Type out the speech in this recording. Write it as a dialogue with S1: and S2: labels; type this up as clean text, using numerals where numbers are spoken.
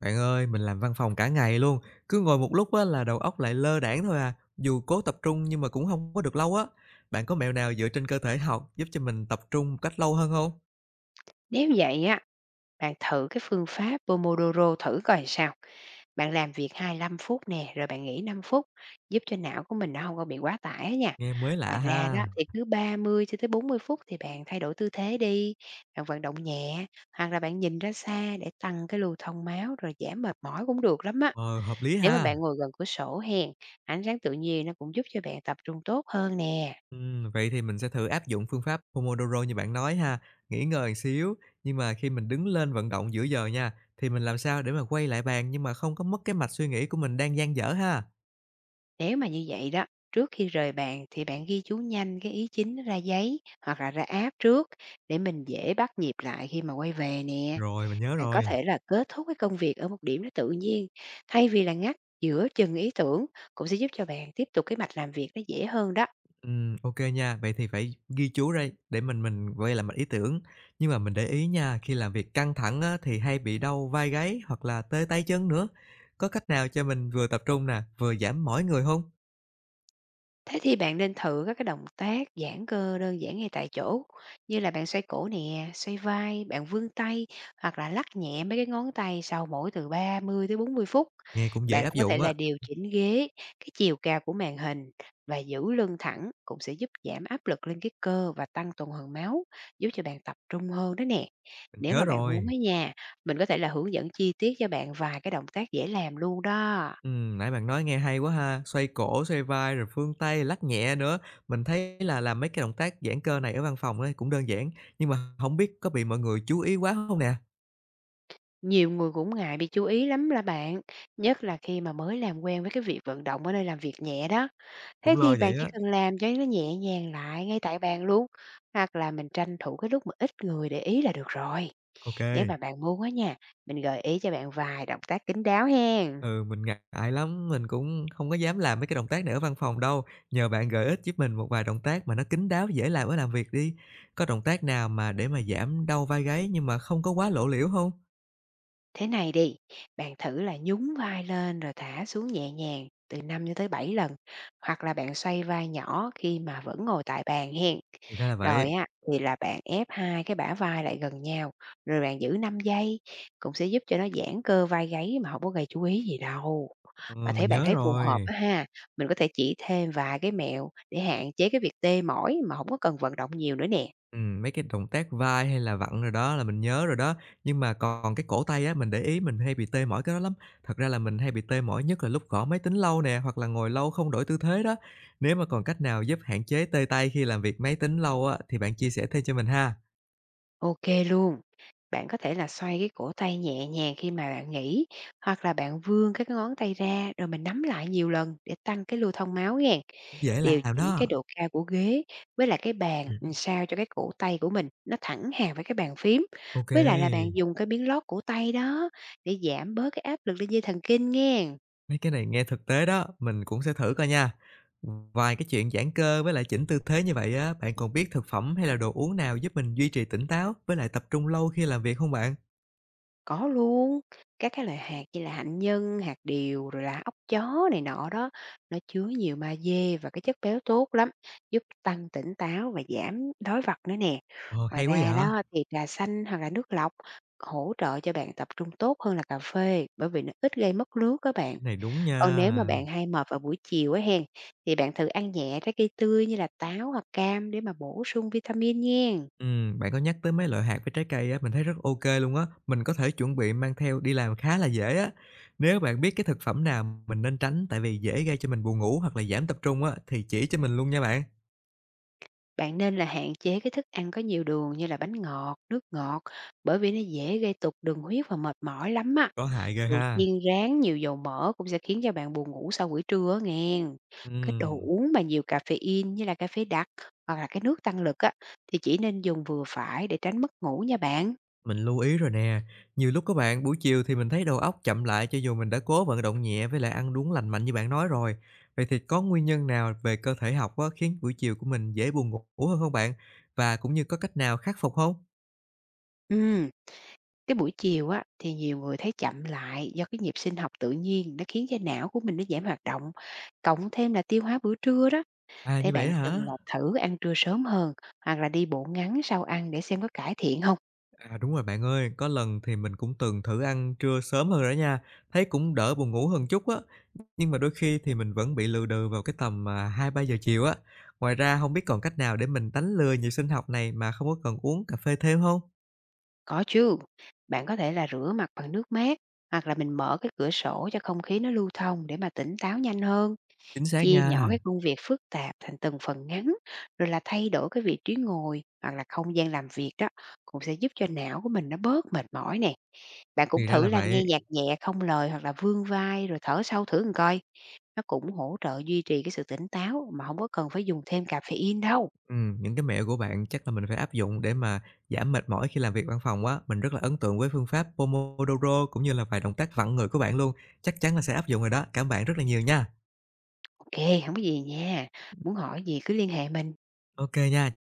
S1: Bạn ơi, mình làm văn phòng cả ngày luôn, cứ ngồi một lúc á là đầu óc lại lơ đãng thôi à, dù cố tập trung nhưng mà cũng không có được lâu á. Bạn có mẹo nào dựa trên cơ thể học giúp cho mình tập trung một cách lâu hơn không?
S2: Nếu vậy á, bạn thử cái phương pháp Pomodoro thử coi sao. Bạn làm việc 25 phút nè, rồi bạn nghỉ 5 phút, giúp cho não của mình nó không có bị quá tải á nha.
S1: Nghe mới lạ
S2: Ngoài ra
S1: ha.
S2: đó thì cứ 30 cho tới 40 phút thì bạn thay đổi tư thế đi, bạn vận động nhẹ, hoặc là bạn nhìn ra xa để tăng cái lưu thông máu rồi giảm mệt mỏi cũng được lắm á.
S1: Ờ, hợp lý
S2: Nếu mà
S1: ha.
S2: bạn ngồi gần cửa sổ hèn ánh sáng tự nhiên nó cũng giúp cho bạn tập trung tốt hơn nè.
S1: Vậy thì mình sẽ thử áp dụng phương pháp Pomodoro như bạn nói ha, nghỉ ngơi một xíu, nhưng mà khi mình đứng lên vận động giữa giờ nha, thì mình làm sao để mà quay lại bàn nhưng mà không có mất cái mạch suy nghĩ của mình đang dang dở ha?
S2: Nếu mà như vậy đó, trước khi rời bàn thì bạn ghi chú nhanh cái ý chính ra giấy hoặc là ra app trước để mình dễ bắt nhịp lại khi mà quay về nè.
S1: Rồi, mình nhớ
S2: Bạn có
S1: rồi.
S2: thể là kết thúc cái công việc ở một điểm nó tự nhiên, thay vì là ngắt giữa chừng ý tưởng cũng sẽ giúp cho bạn tiếp tục cái mạch làm việc nó dễ hơn đó.
S1: Ô nha, vậy thì phải ghi chú ra để mình quay lại mạch ý tưởng. Nhưng mà mình để ý nha, khi làm việc căng thẳng á, thì hay bị đau vai gáy hoặc là tê tay chân nữa. Có cách nào cho mình vừa tập trung nè, vừa giảm mỏi người không?
S2: Thế thì bạn nên thử các cái động tác giãn cơ đơn giản ngay tại chỗ, như là bạn xoay cổ nè, xoay vai, bạn vươn tay hoặc là lắc nhẹ mấy cái ngón tay sau mỗi từ 30 tới 40 phút.
S1: Nghe cũng dễ
S2: Bạn
S1: áp
S2: cũng có thể
S1: dụng á.
S2: là điều chỉnh ghế, cái chiều cao của màn hình và giữ lưng thẳng cũng sẽ giúp giảm áp lực lên cái cơ và tăng tuần hoàn máu, giúp cho bạn tập trung hơn đó nè.
S1: Mình
S2: Nếu
S1: nhớ
S2: mà bạn muốn
S1: rồi.
S2: ở nhà, mình có thể là hướng dẫn chi tiết cho bạn vài cái động tác dễ làm luôn đó.
S1: Nãy bạn nói nghe hay quá ha, xoay cổ, xoay vai rồi phương tay, lắc nhẹ nữa. Mình thấy là làm mấy cái động tác giãn cơ này ở văn phòng á cũng đơn giản, nhưng mà không biết có bị mọi người chú ý quá không nè?
S2: Nhiều người cũng ngại bị chú ý lắm là bạn, nhất là khi mà mới làm quen với cái việc vận động ở nơi làm việc nhẹ đó.
S1: Cũng
S2: Thế
S1: lo
S2: thì bạn
S1: vậy
S2: chỉ
S1: á.
S2: cần làm cho nó nhẹ nhàng lại ngay tại bàn luôn, hoặc là mình tranh thủ cái lúc mà ít người để ý là được rồi.
S1: OK.
S2: Nếu mà bạn muốn á nha, mình gợi ý cho bạn vài động tác kín đáo hen.
S1: Ừ, mình ngại lắm, mình cũng không có dám làm mấy cái động tác này ở văn phòng đâu. Nhờ bạn gợi ích giúp mình một vài động tác mà nó kín đáo, dễ làm ở làm việc đi. Có động tác nào mà để mà giảm đau vai gáy nhưng mà không có quá lộ liễu không?
S2: Thế này đi, bạn thử là nhún vai lên rồi thả xuống nhẹ nhàng từ 5 cho tới 7 lần, hoặc là bạn xoay vai nhỏ khi mà vẫn ngồi tại bàn hen.
S1: Thì ra là
S2: Rồi
S1: vậy.
S2: á, thì là bạn ép hai cái bả vai lại gần nhau, rồi bạn giữ 5 giây, cũng sẽ giúp cho nó giãn cơ vai gáy mà không có gây chú ý gì đâu.
S1: Ờ,
S2: Mà
S1: mình
S2: thấy bạn
S1: nhớ
S2: thấy phù
S1: rồi.
S2: hợp á ha, mình có thể chỉ thêm vài cái mẹo để hạn chế cái việc tê mỏi mà không có cần vận động nhiều nữa nè.
S1: Mấy cái động tác vai hay là vặn rồi đó là mình nhớ rồi đó, nhưng mà còn cái cổ tay á, mình để ý mình hay bị tê mỏi cái đó lắm. Thật ra là mình hay bị tê mỏi nhất là lúc gõ máy tính lâu nè, hoặc là ngồi lâu không đổi tư thế đó. Nếu mà còn cách nào giúp hạn chế tê tay khi làm việc máy tính lâu á, thì bạn chia sẻ thêm cho mình ha.
S2: OK luôn. Bạn có thể là xoay cái cổ tay nhẹ nhàng khi mà bạn nghỉ, hoặc là bạn vươn các cái ngón tay ra rồi mình nắm lại nhiều lần để tăng cái lưu thông máu nghen.
S1: Dễ
S2: Điều
S1: làm
S2: chỉnh cái
S1: đó.
S2: độ cao của ghế với lại cái bàn
S1: Ừm,
S2: làm sao cho cái cổ tay của mình nó thẳng hàng với cái bàn phím.
S1: OK,
S2: Với lại là bạn dùng cái miếng lót cổ tay đó để giảm bớt cái áp lực lên dây thần kinh nghe.
S1: mấy cái này nghe thực tế đó, mình cũng sẽ thử coi nha. Ngoài cái chuyện giãn cơ với lại chỉnh tư thế như vậy á, bạn còn biết thực phẩm hay là đồ uống nào giúp mình duy trì tỉnh táo với lại tập trung lâu khi làm việc không bạn?
S2: Có luôn, các cái loại hạt như là hạnh nhân, hạt điều rồi là ốc chó này nọ đó, nó chứa nhiều magie và cái chất béo tốt lắm, giúp tăng tỉnh táo và giảm đói vật nữa nè.
S1: Ờ,
S2: Ngoài
S1: hay quá
S2: ra đó
S1: vậy!
S2: thì trà xanh hoặc là nước lọc hỗ trợ cho bạn tập trung tốt hơn là cà phê bởi vì nó ít gây mất nước các
S1: Cái
S2: bạn.
S1: này đúng
S2: Còn nếu mà
S1: nha.
S2: bạn hay mệt vào buổi chiều á hen, thì bạn thử ăn nhẹ trái cây tươi như là táo hoặc cam để mà bổ sung vitamin nghen.
S1: Bạn có nhắc tới mấy loại hạt với trái cây á, mình thấy rất ok luôn á, mình có thể chuẩn bị mang theo đi làm khá là dễ á. Nếu bạn biết cái thực phẩm nào mình nên tránh tại vì dễ gây cho mình buồn ngủ hoặc là giảm tập trung á, thì chỉ cho mình luôn nha bạn.
S2: Bạn nên là hạn chế cái thức ăn có nhiều đường như là bánh ngọt, nước ngọt, bởi vì nó dễ gây tụt đường huyết và mệt mỏi lắm á.
S1: Có hại ghê
S2: Đồ
S1: ha!
S2: chiên rán nhiều dầu mỡ cũng sẽ khiến cho bạn buồn ngủ sau buổi trưa á nghen. Cái đồ
S1: Ừm.
S2: uống mà nhiều caffeine như là cà phê đặc hoặc là cái nước tăng lực á, thì chỉ nên dùng vừa phải để tránh mất ngủ nha bạn.
S1: Mình lưu ý rồi nè, nhiều lúc các bạn buổi chiều thì mình thấy đầu óc chậm lại cho dù mình đã cố vận động nhẹ với lại ăn uống lành mạnh như bạn nói rồi. Vậy thì có nguyên nhân nào về cơ thể học á, khiến buổi chiều của mình dễ buồn ngủ hơn không bạn? Và cũng như có cách nào khắc phục không?
S2: Ừ. Cái buổi chiều á, thì nhiều người thấy chậm lại do cái nhịp sinh học tự nhiên nó khiến cho não của mình nó giảm hoạt động. Cộng thêm là tiêu hóa bữa trưa đó,
S1: À
S2: thế
S1: như vậy
S2: bạn
S1: á hả?
S2: từng là thử ăn trưa sớm hơn hoặc là đi bộ ngắn sau ăn để xem có cải thiện không?
S1: À đúng rồi bạn ơi, có lần thì mình cũng từng thử ăn trưa sớm hơn rồi đó nha, thấy cũng đỡ buồn ngủ hơn chút á, nhưng mà đôi khi thì mình vẫn bị lừ đừ vào cái tầm 2-3 giờ chiều á. Ngoài ra không biết còn cách nào để mình đánh lừa nhịp sinh học này mà không có cần uống cà phê thêm không?
S2: Có chứ. Bạn có thể là rửa mặt bằng nước mát hoặc là mình mở cái cửa sổ cho không khí nó lưu thông để mà tỉnh táo nhanh hơn.
S1: Chính xác
S2: Chia nhỏ
S1: nha.
S2: cái công việc phức tạp thành từng phần ngắn rồi là thay đổi cái vị trí ngồi hoặc là không gian làm việc đó cũng sẽ giúp cho não của mình nó bớt mệt mỏi nè. Bạn cũng
S1: Thì ra
S2: thử
S1: là
S2: là nghe
S1: vậy.
S2: nhạc nhẹ không lời hoặc là vươn vai rồi thở sâu thử coi, nó cũng hỗ trợ duy trì cái sự tỉnh táo mà không có cần phải dùng thêm caffeine đâu.
S1: Những cái mẹo của bạn chắc là mình phải áp dụng để mà giảm mệt mỏi khi làm việc văn phòng quá. Mình rất là ấn tượng với phương pháp Pomodoro cũng như là vài động tác vặn người của bạn luôn, chắc chắn là sẽ áp dụng rồi đó. Cảm ơn bạn rất là nhiều nha.
S2: OK không có gì nha, muốn hỏi gì cứ liên hệ mình.
S1: OK nha.